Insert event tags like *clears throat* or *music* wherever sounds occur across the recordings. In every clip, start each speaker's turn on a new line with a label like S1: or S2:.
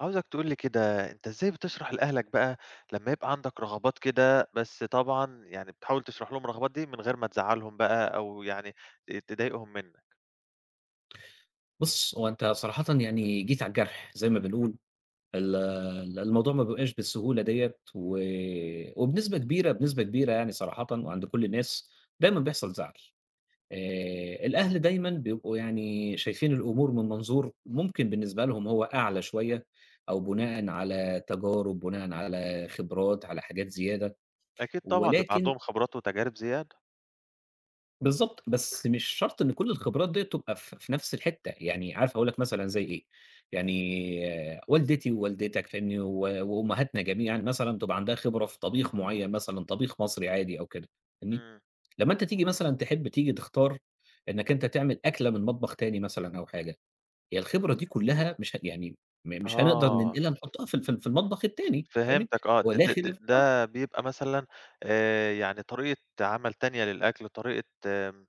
S1: عاوزك تقول لي كده، أنت إزاي بتشرح لأهلك بقى لمّا يبقى عندك رغبات كده، بس طبعًا يعني بتحاول تشرح لهم الرغبات دي من غير ما تزعّلهم بقى أو يعني تضايقهم منّك.
S2: بُص، هو أنت صراحةً يعني جيت على الجرح زي ما بنقول، الموضوع ما بيبقاش بالسهولة ديّة و وبنسبة كبيرة، بنسبة كبيرة يعني صراحةً وعند كل الناس دايمًا بيحصل زعل. الأهل دايمًا بيبقوا يعني شايفين الأمور من منظور ممكن بالنسبة لهم هو أعلى شوية أو بناءً على تجارب، بناءً على خبرات، على حاجات زيادة،
S1: أكيد طبعًا بيبقى
S2: ولكن
S1: عندهم خبرات وتجارب زيادة.
S2: بالضبط، بس مش شرط إن كل الخبرات ديّة تبقى في نفس الحتّة، يعني عارف أقول لك مثلًا زي إيه، يعني آه، والدتي ووالدتك فاهمني، وأمهاتنا جميعًا مثلًا تبقى عندها خبرة في طبيخ معيّن مثلًا، طبيخ مصري عادي أو كده فاهمني.
S1: إمم.
S2: لمّا أنت تيجي مثلًا تحب تيجي تختار إنّك أنت تعمل أكلة من مطبخ تاني مثلًا أو حاجة، هي الخبرة دي كلّها مش ه يعني م مش هنقدر
S1: آه.
S2: ننقلها نحطّها في ال في ال في المطبخ التاني فاهمني.
S1: فهمتك آه،
S2: هو
S1: د
S2: لا
S1: د د
S2: خلاف آه،
S1: ده بيبقى مثلًا يعني طريقة عمل تانية للأكل، طريقة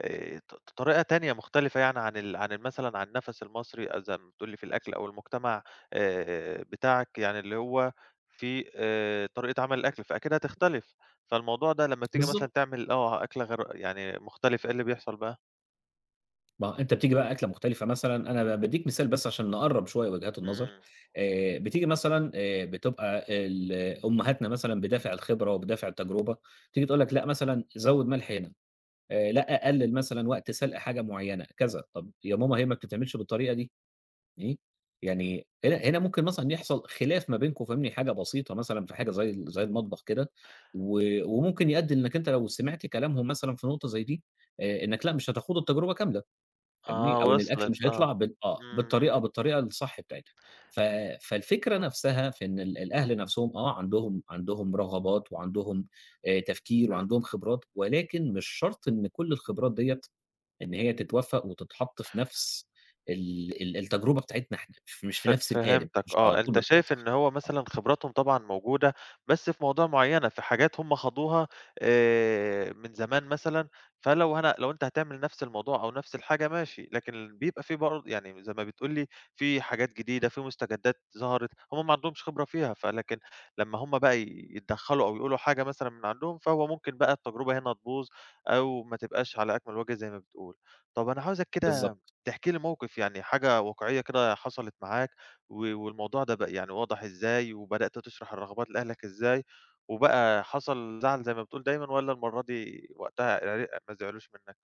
S1: طريقة تانية مختلفة يعني عن ال مثلًا عن النَفَس المصري زي ما بتقول لي في الأكل أو المجتمع بتاعك، يعني اللي هو في طريقة عمل الأكل، فأكيد هتختلف. فالموضوع ده لمّا بتيجي مثلًا
S2: بالضبط.
S1: تعمل أكلة غير يعني مختلفة، إيه اللي بيحصل بقى؟
S2: ما أنت بتيجي بقى أكلة مختلفة مثلًا، أنا بادّيك مثال بس عشان نقرّب شوية وجهات النظر.
S1: إمم،
S2: بتيجي مثلًا بتبقى ال أمهاتنا مثلًا بدافع الخبرة وبدافع التجربة، تيجي تقول لك لأ مثلًا زوّد ملح هنا، لأ قلّل مثلًا وقت سلق حاجة معيّنة، كذا، طَب يا ماما هي ما بتتعملش بالطريقة دي، إيه! يعني هنا ممكن مثلًا يحصل خلاف ما بينكم فاهمني، حاجة بسيطة مثلًا في حاجة زي المطبخ كده، و وممكن يؤدّي إنك أنت لو سمعت كلامهم مثلًا في نقطة زي دي، إنك لأ مش هتخوض التجربة كاملة. فاهمني؟
S1: آه،
S2: أو إن الأكل
S1: وصلت،
S2: مش
S1: آه،
S2: هيطلع
S1: إمم،
S2: بالطريقة
S1: إمم.
S2: بالطريقة الصح بتاعتها. ف فالفكرة نفسها في إن الأهل نفسهم آه، عندهم رغبات وعندهم تفكير وعندهم خبرات، ولكن مش شرط إن كل الخبرات ديّة إن هي تتوفّق وتتحط في نفس ال ال التجربة بتاعتنا إحنا، مش في
S1: ف
S2: نفس القالب،
S1: فهمتك
S2: مش على
S1: آه،
S2: طول
S1: أنت
S2: بتبقى
S1: شايف
S2: صح.
S1: إن هو
S2: آه،
S1: مثلًا خبراتهم طبعًا موجودة، بس في مواضيع معيّنة، في حاجات هم خاضوها من زمان مثلًا. فلو أنا لو أنت هتعمل نفس الموضوع أو نفس الحاجة ماشي، لكن بيبقى في يعني زي ما بتقول لي في حاجات جديدة، في مستجدات ظهرت، هم ما عندهمش خبرة فيها، فلكن لمّا هم بقى يتدخّلوا أو يقولوا حاجة مثلًا من عندهم، فهو ممكن بقى التجربة هنا تبوظ أو ما تبقاش على أكمل وجه زي ما بتقول. طَب أنا عاوزك كده
S2: بالضبط.
S1: تحكي لي موقف يعني حاجة واقعية كده حصلت معاك، و والموضوع ده بقى يعني واضح إزاي، وبدأت تشرح الرغبات لأهلك إزاي، وبقى حصل زعل زي ما بتقول دايمًا والّا المرة دي وقتها ما زعلوش منك؟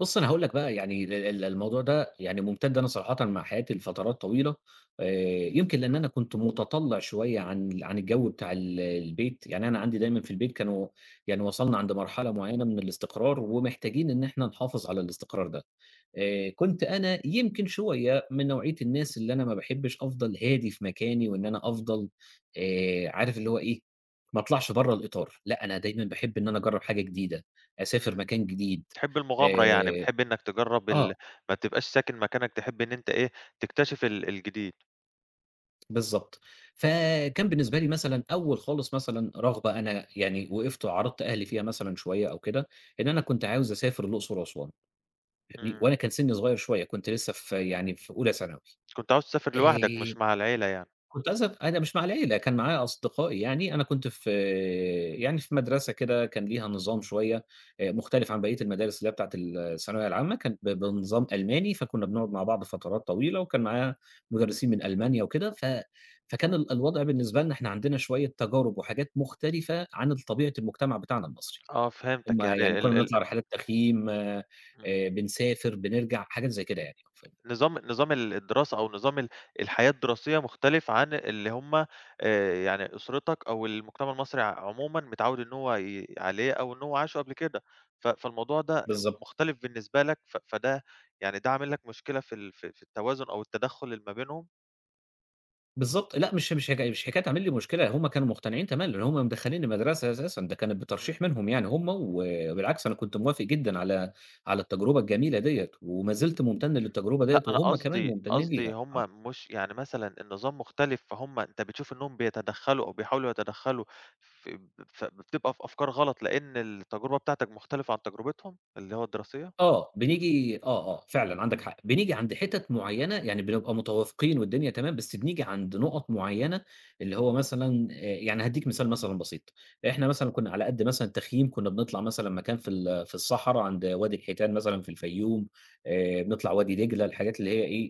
S2: بُص، أنا هاقول لك بقى يعني ال ال الموضوع ده يعني مُمتد أنا صراحةً مع حياتي لفترات طويلة. آآ يمكن لإن أنا كنت مُتطلّع شوية عن عن الجو بتاع البيت، يعني أنا عندي دايمًا في البيت كانوا يعني وصلنا عند مرحلة معيّنة من الاستقرار ومحتاجين إن إحنا نحافظ على الاستقرار ده. كنت أنا يمكن شوية من نوعية الناس اللي أنا ما باحبش أفضل هادي في مكاني وإن أنا أفضل عارف اللي هو إيه، ما أطلعش برّه الإطار، لأ أنا دايمًا باحب إن أنا أجرّب حاجة جديدة، أسافر
S1: إمم،
S2: مكان جديد.
S1: بتحب المغامرة يعني،
S2: آآ
S1: بتحب إنك تجرّب
S2: آه،
S1: ال ما تبقاش ساكن مكانك، تحب إن أنت إيه، تكتشف الجديد.
S2: بالضبط. فكان بالنسبة لي مثلًا أول خالص مثلًا رغبة أنا يعني وقفت وعارضت أهلي فيها مثلًا شوية أو كده، إن أنا كنت عاوز أسافر الأقصر وأسوان، فاهمني؟
S1: إمم،
S2: وأنا كان سنّي صغير شوية، كنت لسه في يعني في أولى ثانوي.
S1: كنت عاوز تسافر لوحدك
S2: آآ
S1: مش مع العيلة يعني.
S2: كنت أسف أنا مش مع العيلة، كان معايا
S1: إمم،
S2: أصدقائي يعني، أنا كنت في يعني في مدرسة كده كان ليها نظام شوية مختلف عن بقية المدارس اللي هي بتاعة الثانوية العامة، كانت
S1: إمم،
S2: بنظام ألماني، فكنا بنقعد مع بعض فترات طويلة، وكان معايا مدرسين من ألمانيا وكده. فكان الوضع بالنسبة لنا إحنا عندنا شوية تجارب وحاجات مختلفة عن طبيعة المجتمع بتاعنا المصري.
S1: آه فهمتك
S2: أما يعني
S1: يعني
S2: كنا
S1: ال
S2: بنطلع
S1: ال
S2: رحلات تخييم
S1: إمم.
S2: بنسافر، بنرجع، حاجات زي كده يعني، ف
S1: نظام الدراسة أو نظام الحياة الدراسية مختلف عن اللي هم يعني أسرتك أو المجتمع المصري عمومًا متعوّد إن هو عليه أو إن هو عاشه قبل كده. فالموضوع ده
S2: بالضبط.
S1: مختلف بالنسبة لك فده يعني ده عامل لك مشكلة في ال في في التوازن أو التدخُّل اللي ما بينهم؟
S2: بالضبط، لأ مش مش حكا مش حكاية عامل لي مشكلة، هُم كانوا مقتنعين تمامًا، لأن هُم مدخّلينّي مدرسة أساسًا، ده كانت
S1: إمم.
S2: بترشيح منهم يعني هُم، وبالعكس أنا كنت موافق جدًا على التجربة الجميلة ديّة، وما زلت ممتن للتجربة ديّة،
S1: لأ، أنا
S2: وهُم كمان
S1: قصدي
S2: ممتنين
S1: قصدي
S2: ليها.
S1: هُم
S2: آه.
S1: مش يعني مثلًا النظام مختلف، فهُم أنت بتشوف إنّهم بيتدخّلوا أو بيحاولوا يتدخّلوا في بتبقى في أفكار غلط لإن التجربة بتاعتك مختلفة عن تجربتهم اللي هو الدراسية؟
S2: آه، فعلًا عندك حق، بنيجي عند حِتَت معيّنة يعني بنبقى متوافقين والدنيا تمام، بس بنيجي عند نُقط معيّنة اللي هو مثلًا يعني هادّيك مثال مثلًا بسيط. إحنا مثلًا كنا على قد مثلًا التخييم كنا بنطلع مثلًا مكان في في الصحرا عند وادي الحيتان مثلًا في الفيوم، بنطلع وادي دجلة، الحاجات اللي هي إيه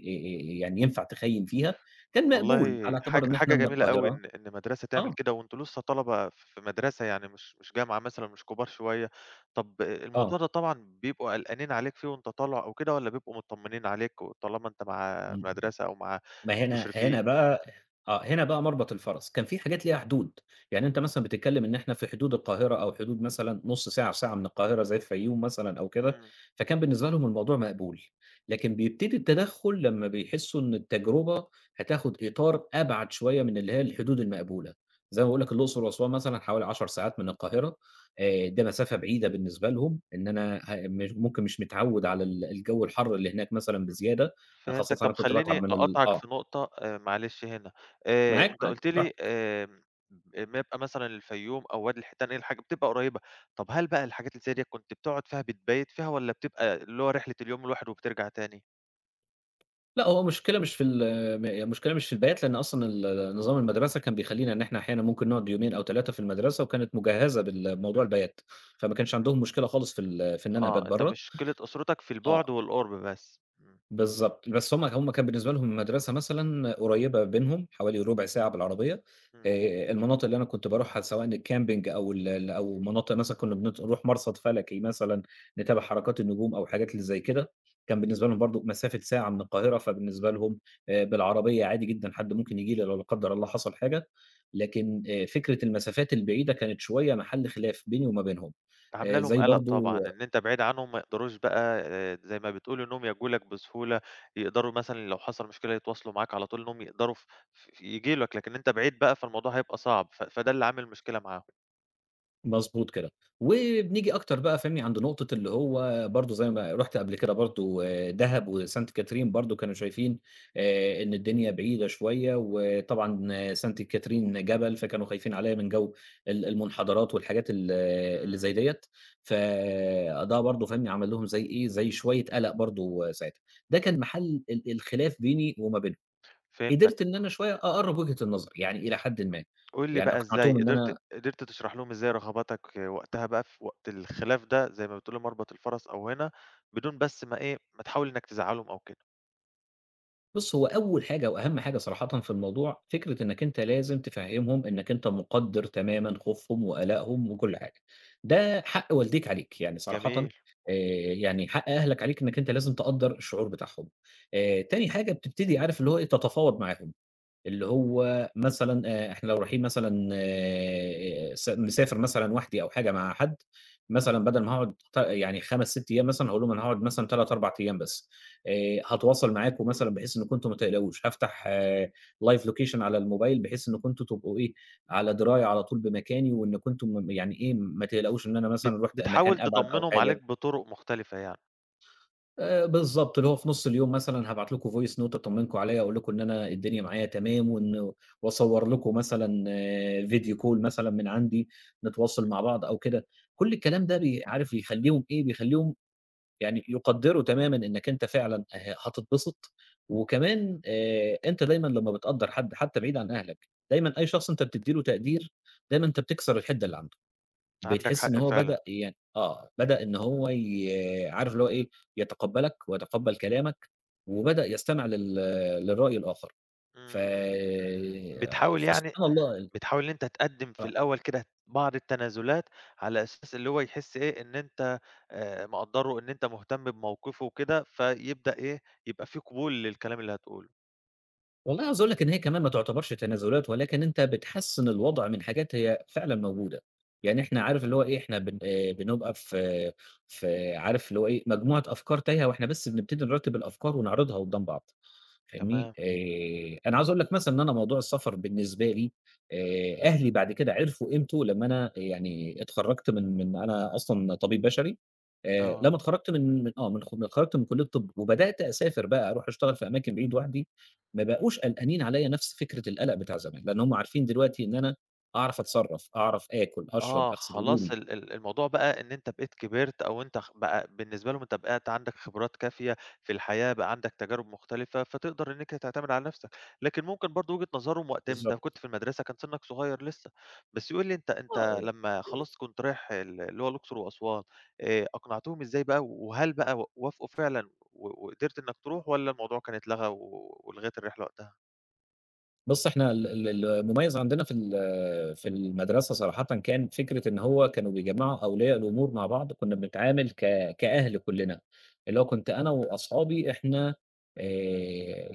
S2: يعني ينفع تخيّم فيها، كان مقبول على
S1: والله
S2: اعتبار
S1: حاجة
S2: إن إحنا
S1: حاجة
S2: من
S1: جميلة أوي
S2: القاهرة.
S1: إن مدرسة تعمل
S2: آه،
S1: كده وأنتم لسه طلبة في مدرسة يعني مش جامعة مثلًا، مش كبار شوية. طَب
S2: آه،
S1: الموضوع ده طبعًا بيبقوا قلقانين عليك فيه وأنت طالع أو كده والّا بيبقوا متطمنين عليك وطالما أنت مع
S2: إمم.
S1: المدرسة أو مع
S2: ما هنا
S1: المشرفين؟
S2: هنا بقى آه، هنا بقى مربط الفرس، كان في حاجات ليها حدود. يعني أنت مثلًا بتتكلم إن إحنا في حدود القاهرة أو حدود مثلًا نُص ساعة، ساعة من القاهرة زي الفيوم مثلًا أو كده،
S1: إمم.
S2: فكان بالنسبة لهم الموضوع مقبول، لكن بيبتدي التدخُّل لمّا بيحسّوا إن التجربة هتاخد إطار أبعد شوية من اللي هي الحدود المقبولة. زي ما باقول لك الأقصر وأسوان مثلًا حوالي 10 ساعات من القاهرة، ده مسافة بعيدة بالنسبة لهم، إن أنا ه مش ممكن مش متعوّد على الجو الحَر اللي هناك مثلًا بزيادة،
S1: فهمتك،
S2: خاصةً
S1: طب
S2: أنا كنت
S1: خلّيني
S2: باتعب من ال
S1: أقاطعك
S2: آه.
S1: في نقطة معلش هنا،
S2: معاك،
S1: أنت
S2: معاك
S1: قُلت لي
S2: براحتك.
S1: أمّا يبقى مثلًا الفيوم أو وادي الحيتان هي الحاجة بتبقى قريّبة، طب هل بقى الحاجات اللي زي ديّة كنت بتقعد فيها بتبيت فيها والّا بتبقى اللي هو رحلة اليوم الواحد وبترجع تاني؟
S2: لأ، هو المشكلة مش في ال هي المشكلة مش في البيات، لإن أصلًا نظام المدرسة كان بيخلّينا إن إحنا أحيانًا ممكن نقعد يومين أو 3 في المدرسة، وكانت مجهّزة بالموضوع البيات، فما كانش
S1: إمم،
S2: عندهم مشكلة خالص في ال في إن أنا أبات
S1: آه، أنت
S2: برّه.
S1: مشكلة أسرتك في
S2: آه.
S1: البُعد والقُرب بس، إمم،
S2: بالضبط، بس هم كان بالنسبة لهم المدرسة مثلًا قريّبة بينهم حوالي ربع ساعة بالعربية.
S1: إمم.
S2: المناطق اللي أنا كنت باروحها سواء الcamping أو ال ال أو مناطق مثلًا كنا نروح مرصد فلكي مثلًا، نتابع حركات النجوم أو حاجات اللي زي كده، كان بالنسبة لهم برضه مسافة ساعة من القاهرة، فبالنسبة لهم بالعربية عادي جدًا حد ممكن ييجي لي لو لا قدّر الله حصل حاجة، لكن فكرة المسافات البعيدة كانت شوية محل خلاف بيني وما بينهم.
S1: عاملة لهم
S2: زي
S1: قَلَق طبعًا،
S2: برضه
S1: إن أنت بعيد عنهم ما يقدروش بقى زي ما بتقول إنّهم يجوا لك بسهولة، يقدروا مثلًا لو حصل مشكلة يتواصلوا معاك على طول إنّهم يقدروا ف ف ييجوا لك، لكن أنت بعيد بقى فالموضوع هيبقى صعب، فده اللي عامل مشكلة معاهم.
S2: مضبوط كده. وبنيجي أكتر بقى فاهمني عند نقطة اللي هو برضه زي ما رُحت قبل كده برضه دهب وسانت كاترين برضه كانوا شايفين إن الدنيا بعيدة شوية، وطبعًا آه، سانت كاترين جبل فكانوا خايفين عليّا من جو المنحدرات والحاجات ال اللي
S1: إمم،
S2: زي ديّة، فده برضه فاهمني عمل لهم زي إيه، زي شوية قلق برضه ساعتها، ده كان محل الخلاف بيني وما بينهم. قدرت
S1: فهمتك.
S2: إن أنا شوية أقرّب وجهة النظر، يعني إلى حدٍ ما،
S1: قُل لي
S2: يعني
S1: بقى
S2: أقنعتهم
S1: إزاي
S2: إن أنا
S1: قدرت تشرح لهم إزاي رغباتك وقتها بقى في وقت الخلاف ده زي ما بتقول مربط الفَرَس أو هنا، بدون بس ما إيه، ما تحاول إنّك تزعّلهم أو كده.
S2: بُص، هو أول حاجة وأهم حاجة صراحةً في الموضوع، فكرة إنّك أنت لازم تفهّمهم إنّك أنت مُقدّر تمامًا خوفهم وقلقهم وكل حاجة. ده حق والديك عليك، يعني صراحةً
S1: جميل.
S2: آآ يعني حق أهلك عليك إنّك أنت لازم تقدّر الشعور بتاعهم. تاني حاجة بتبتدي عارف اللي هو إيه، تتفاوض معاهم. اللي هو مثلًا إحنا لو رايحين مثلًا س مسافر مثلًا وحدي أو حاجة مع حد، مثلًا بدل ما هاقعد ت يعني 5، 6 أيام مثلًا هاقول لهم أنا هاقعد مثلًا 3، 4 أيام بس. هاتواصل معاكم مثلًا بحيث إنكم أنتم ما تقلقوش، هافتح live location على الموبايل بحيث إنكم أنتم تبقوا إيه، على دراية على طول بمكاني وإنكم أنتم م يعني إيه، ما تقلقوش إن أنا
S1: بت
S2: مثلًا رُحت مكان
S1: بتحاول
S2: أبعد أو
S1: تطمّنهم عليك
S2: حاجة.
S1: بطُرق مختلفة يعني.
S2: بالضبط، اللي هو في نُص اليوم مثلًا هابعت لكم voice note أطمّنكم عليّا، أقول لكم إن أنا الدنيا معايا تمام وأصوّر لكم مثلًا آه، فيديو call مثلًا من عندي، نتواصل مع بعض أو كده. كل الكلام ده عارف يخلّيهم إيه، بيخلّيهم يعني يقدّروا تمامًا إنّك أنت فعلًا هتتبسط. وكمان أنت دايمًا لمّا بتقدّر حد حتى بعيد عن أهلك، دايمًا أي شخص أنت بتدّي له تقدير، دايمًا أنت بتكسر الحِدّة اللي عنده.
S1: عندك
S2: بتحس إن
S1: حق
S2: هو
S1: فعلًا.
S2: بدأ يعني آه، بدأ إن هو ي عارف اللي هو إيه، يتقبّلك ويتقبّل كلامك، وبدأ يستمع للرأي الآخر. ف
S1: إمم، إمم. بتحاول يعني
S2: فسبحان
S1: *clears throat*
S2: الله ال
S1: بتحاول إن أنت تقدّم في
S2: آه،
S1: الأول كده بعض التنازلات، على أساس اللي هو يحس إيه، إن أنت مقدّره، إن أنت مهتم بموقفه وكده، فيبدأ إيه، يبقى في قبول للكلام اللي هتقوله.
S2: والله عاوز أقول لك إن هي كمان ما تعتبرش تنازلات، ولكن أنت بتحسّن الوضع من حاجات هي فعلًا موجودة. يعني
S1: إمم،
S2: إحنا عارف اللي هو إيه، إحنا بن بنبقى في عارف اللي هو إيه، مجموعة أفكار تايهة وإحنا بس بنبتدي نرتّب الأفكار ونعرضها قدّام بعض. فاهمني؟
S1: تمام،
S2: أنا عاوز أقول لك مثلًا إن أنا موضوع السفر بالنسبة لي أهلي بعد كده عرفوا قيمته لمّا أنا يعني اتخرّجت من من أنا أصلًا طبيب بشري. لمّا
S1: آه.
S2: اتخرّجت من من آه، من خ من- اتخرّجت من كلية الطب وبدأت أسافر بقى أروح أشتغل في أماكن بعيد لوحدي، ما بقوش قلقانين عليّا نفس فكرة القلق بتاع زمان، لإن هم عارفين دلوقتي إن أنا أعرف أتصرّف، أعرف آكل، أشرب،
S1: آه،
S2: أغسل
S1: خلاص
S2: هدومي.
S1: ال ال الموضوع بقى إن أنت بقيت كبرت أو أنت بقى بالنسبة لهم أنت بقيت عندك خبرات كافية في الحياة، بقى عندك تجارب مختلفة، فتقدر إنك تعتمد على نفسك، لكن ممكن برضه وجهة نظرهم وقت أنت
S2: بالضبط.
S1: كنت في المدرسة كان سنك صغير لسه، بس يقول لي أنت
S2: آه.
S1: لمّا خلاص كنت رايح اللي هو الأقصر وأسوان، أقنعتهم إزاي بقى وهل بقى وافقوا فعلًا وقدرت إنك تروح والّا الموضوع كان اتلغى ولغيت الرحلة وقتها؟
S2: بُص، إحنا ال ال المميز عندنا في ال في المدرسة صراحةً كان فكرة إن هو كانوا بيجمّعوا أولياء الأمور مع بعض، كُنّا بنتعامل ك كأهل كُلّنا، اللي هو كنت أنا وأصحابي إحنا آآ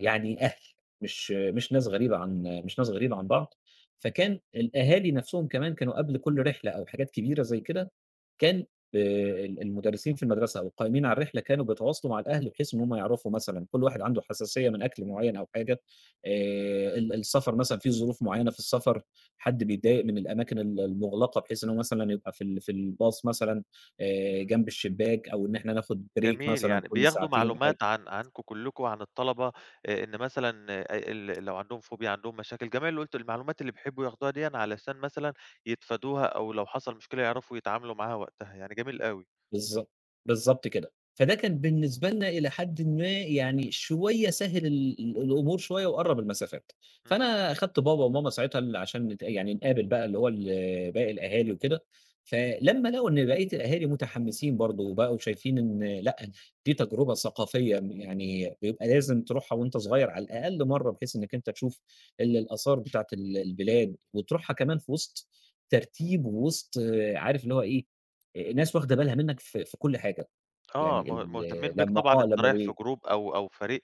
S2: يعني أهل، مش ناس غريبة عن بعض. فكان الأهالي نَفْسهم كمان كانوا قبل كل رحلة أو حاجات كبيرة زي كده كان آآ ال المدرسين في المدرسة أو القائمين على الرحلة كانوا بيتواصلوا مع الأهل بحيث إن هم يعرفوا مثلًا كل واحد عنده حساسية من أكل معيّن أو حاجة. ال السفر مثلًا في ظروف معيّنة في السفر، حد بيتضايق من الأماكن المُغلقة بحيث إن هو مثلًا يبقى في ال في الباص مثلًا
S1: إمم.
S2: جنب الشباك أو إن إحنا ناخد break
S1: جميل،
S2: مثلًا
S1: يعني
S2: كل
S1: بياخدوا
S2: ساعتين أو حاجة.
S1: معلومات عنكم كلّكم وعن الطلبة، إن مثلًا لو عندهم فوبيا، عندهم مشاكل، جميع اللي قُلته المعلومات اللي بيحبّوا ياخدوها ديًّا علشان مثلًا يتفادوها أو لو حصل مشكلة يعرفوا يتعاملوا معاها وقتها، يعني جميل أوي.
S2: بالضبط، بالضبط كده. فده كان بالنسبة لنا إلى حدٍ ما يعني شوية سهِّل الأمور شوية وقرّب المسافات.
S1: إمم.
S2: فأنا أخدت بابا وماما ساعتها عشان يعني نقابل بقى اللي هو باقي الأهالي وكده. فلمّا لقوا إن بقية الأهالي متحمّسين برضه وبقوا شايفين إن لأ، دي تجربة ثقافية يعني بيبقى لازم تروحها وأنت صغير على الأقل مرّة بحيث إنّك أنت تشوف الآثار بتاعة البلاد وتروحها كمان في وسط ترتيب ووسط آه، عارف اللي هو إيه، الناس واخدة بالها منّك في كل حاجة.
S1: آه،
S2: يعني
S1: مه
S2: ال
S1: مهتمين بيك
S2: لمّا
S1: طبعًا،
S2: آه،
S1: أنت
S2: لمّا
S1: رايح في
S2: بي
S1: group أو فريق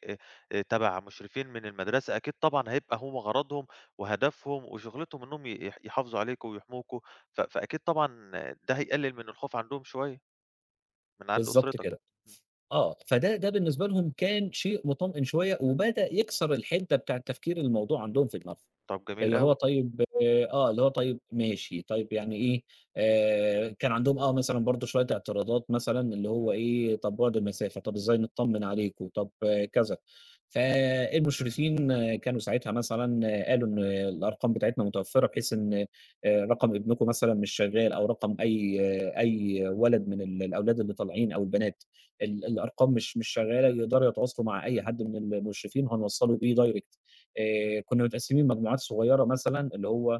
S1: تَبَع مشرفين من المدرسة، أكيد طبعًا هيبقى هم غرضهم وهدفهم وشغلتهم إنّهم ي يح يحافظوا عليكم ويحموكم، فأكيد طبعًا ده هيقلل من الخوف عندهم شوية من عند
S2: بالضبط
S1: أسرتك.
S2: كده.
S1: إمم.
S2: آه، فده ده بالنسبة لهم كان شيء مطمئن شوية، وبدأ يكسر الحِدة بتاع تفكير الموضوع عندهم في دماغهم.
S1: طَب جميل
S2: اللي هو
S1: أوي.
S2: طيب آه، اللي هو طيب ماشي، طيب يعني إيه، كان عندهم آه مثلًا برضه شوية اعتراضات مثلًا اللي هو إيه، طب بُعد المسافة، طب إزاي نطمن عليكم، طب آه كذا. فالمشرفين آه، كانوا ساعتها مثلًا آه، قالوا إن الأرقام بتاعتنا متوفرة بحيث إن رقم ابنكم مثلًا مش شغال أو رقم أي آه، أي ولد من الأولاد اللي طالعين أو البنات، الأرقام مش شغالة يقدروا يتواصلوا مع أي حد من المشرفين وهنوصّله بيه direct. كُنّا متقسّمين مجموعات صغيّرة مثلًا، اللي هو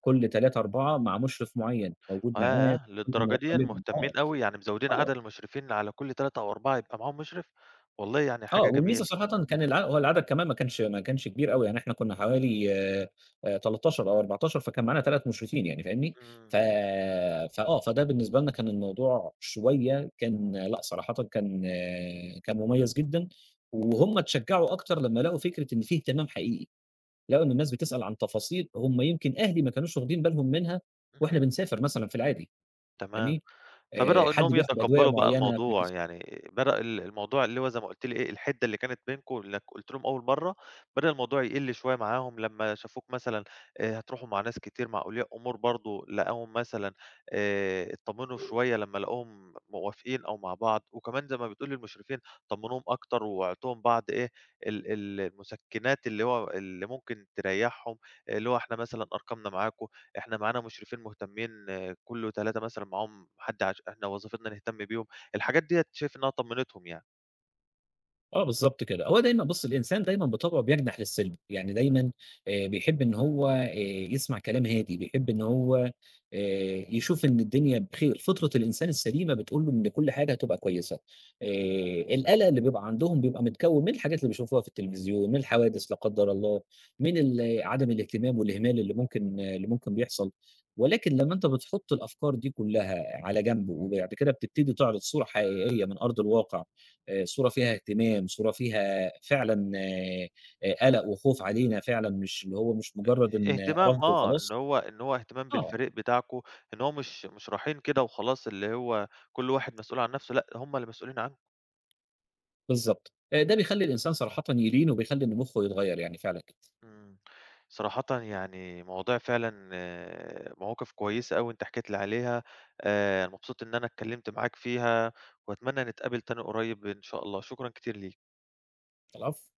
S2: كل 3، 4 مع مُشرف معيّن موجود معاه
S1: ياه! للدرجة
S2: قليلًا
S1: ديًا
S2: وقليلًا آه،
S1: مهتمين أوي، يعني مزوّدين عدد
S2: آه،
S1: المشرفين على كل 3 أو 4 يبقى معاهم مشرف، والله يعني
S2: آه،
S1: حاجة
S2: والميزة
S1: جميل.
S2: صراحةً كان هو العدد كمان ما كانش كبير أوي، يعني إحنا كُنّا حوالي 13 أو 14 فكان معانا 3 مُشرفين يعني فاهمني؟ ف
S1: إمم،
S2: فآه، فده بالنسبة لنا كان الموضوع شوية كان لأ صراحةً كان آه، كان مُميّز جدًا. وهُم اتشجّعوا أكتر لمّا لقوا فكرة إن في اهتمام حقيقي. لقوا إن الناس بتسأل عن تفاصيل هم يمكن أهلي ما كانوش واخدين بالهم منها وإحنا
S1: إمم،
S2: بنسافر مثلًا في العادي،
S1: تمام.
S2: فاهمني؟
S1: فبدأوا
S2: حد
S1: إنّهم
S2: بياخد أدوية
S1: يتقبّلوا بقى
S2: معيّنة
S1: الموضوع، يعني بدأ الموضوع اللي هو زي ما قُلت لي إيه، الحِدّة اللي كانت بينكم اللي قُلت لهم أول مرّة، بدأ الموضوع يقِل شوية معاهم لمّا شافوك مثلًا هتروحوا مع ناس كتير، مع أولياء أمور برضه لقاهم مثلًا اتطمّنوا شوية لمّا لقوهم موافقين أو مع بعض، وكمان زي ما بتقول للمشرفين طمّنوهم أكتر وأعطوهم بعض إيه، ال ال المُسكِّنات اللي هو اللي ممكن تريّحهم، اللي هو إحنا مثلًا أرقامنا معاكم، إحنا معانا مشرفين مهتمين كُلّه 3 مثلًا معاهم حد إحنا وظيفتنا نهتم بيهم، الحاجات ديّة شايف إنها طمّنتهم يعني.
S2: آه بالضبط كده. هو دايمًا بُص الإنسان دايمًا بطبعه بيجنح للسلب، يعني دايمًا بيحب إن هو يسمع كلام هادي، بيحب إن هو يشوف إن الدنيا بخير، فطرة الإنسان السليمة بتقول له إن كل حاجة هتبقى كويسة. آآ القلق اللي بيبقى عندهم بيبقى متكوّن من الحاجات اللي بيشوفوها في التلفزيون، من الحوادث لا قدّر الله، من عدم الاهتمام والإهمال اللي ممكن بيحصل، ولكن لمّا أنت بتحط الأفكار دي كلّها على جنب وبعد كده بتبتدي تعرض صورة حقيقية من أرض الواقع صورة فيها اهتمام، صورة فيها فعلًا قلق وخوف علينا فعلًا، مش اللي هو مش مجرد إن
S1: اهتمام
S2: رفض
S1: آه، إن
S2: وخلاص.
S1: هو اهتمام
S2: آه،
S1: بالفريق بتاعكم، إن هو مش رايحين كده وخلاص اللي هو كل واحد مسؤول عن نَفْسه، لأ هم اللي مسؤولين عنكم.
S2: بالضبط. ده بيخلّي الإنسان صراحةً يلين وبيخلّي إن مخّه يتغيّر يعني فعلًا كده.
S1: إمم. صراحةً يعني مواضيع فعلًا مواقف كويسة أوي أنت حكيت لي عليها، مبسوط إن أنا اتكلّمت معاك فيها وأتمنى نتقابل تاني قريب إن شاء الله، شكرًا كتير ليك.
S2: العفو.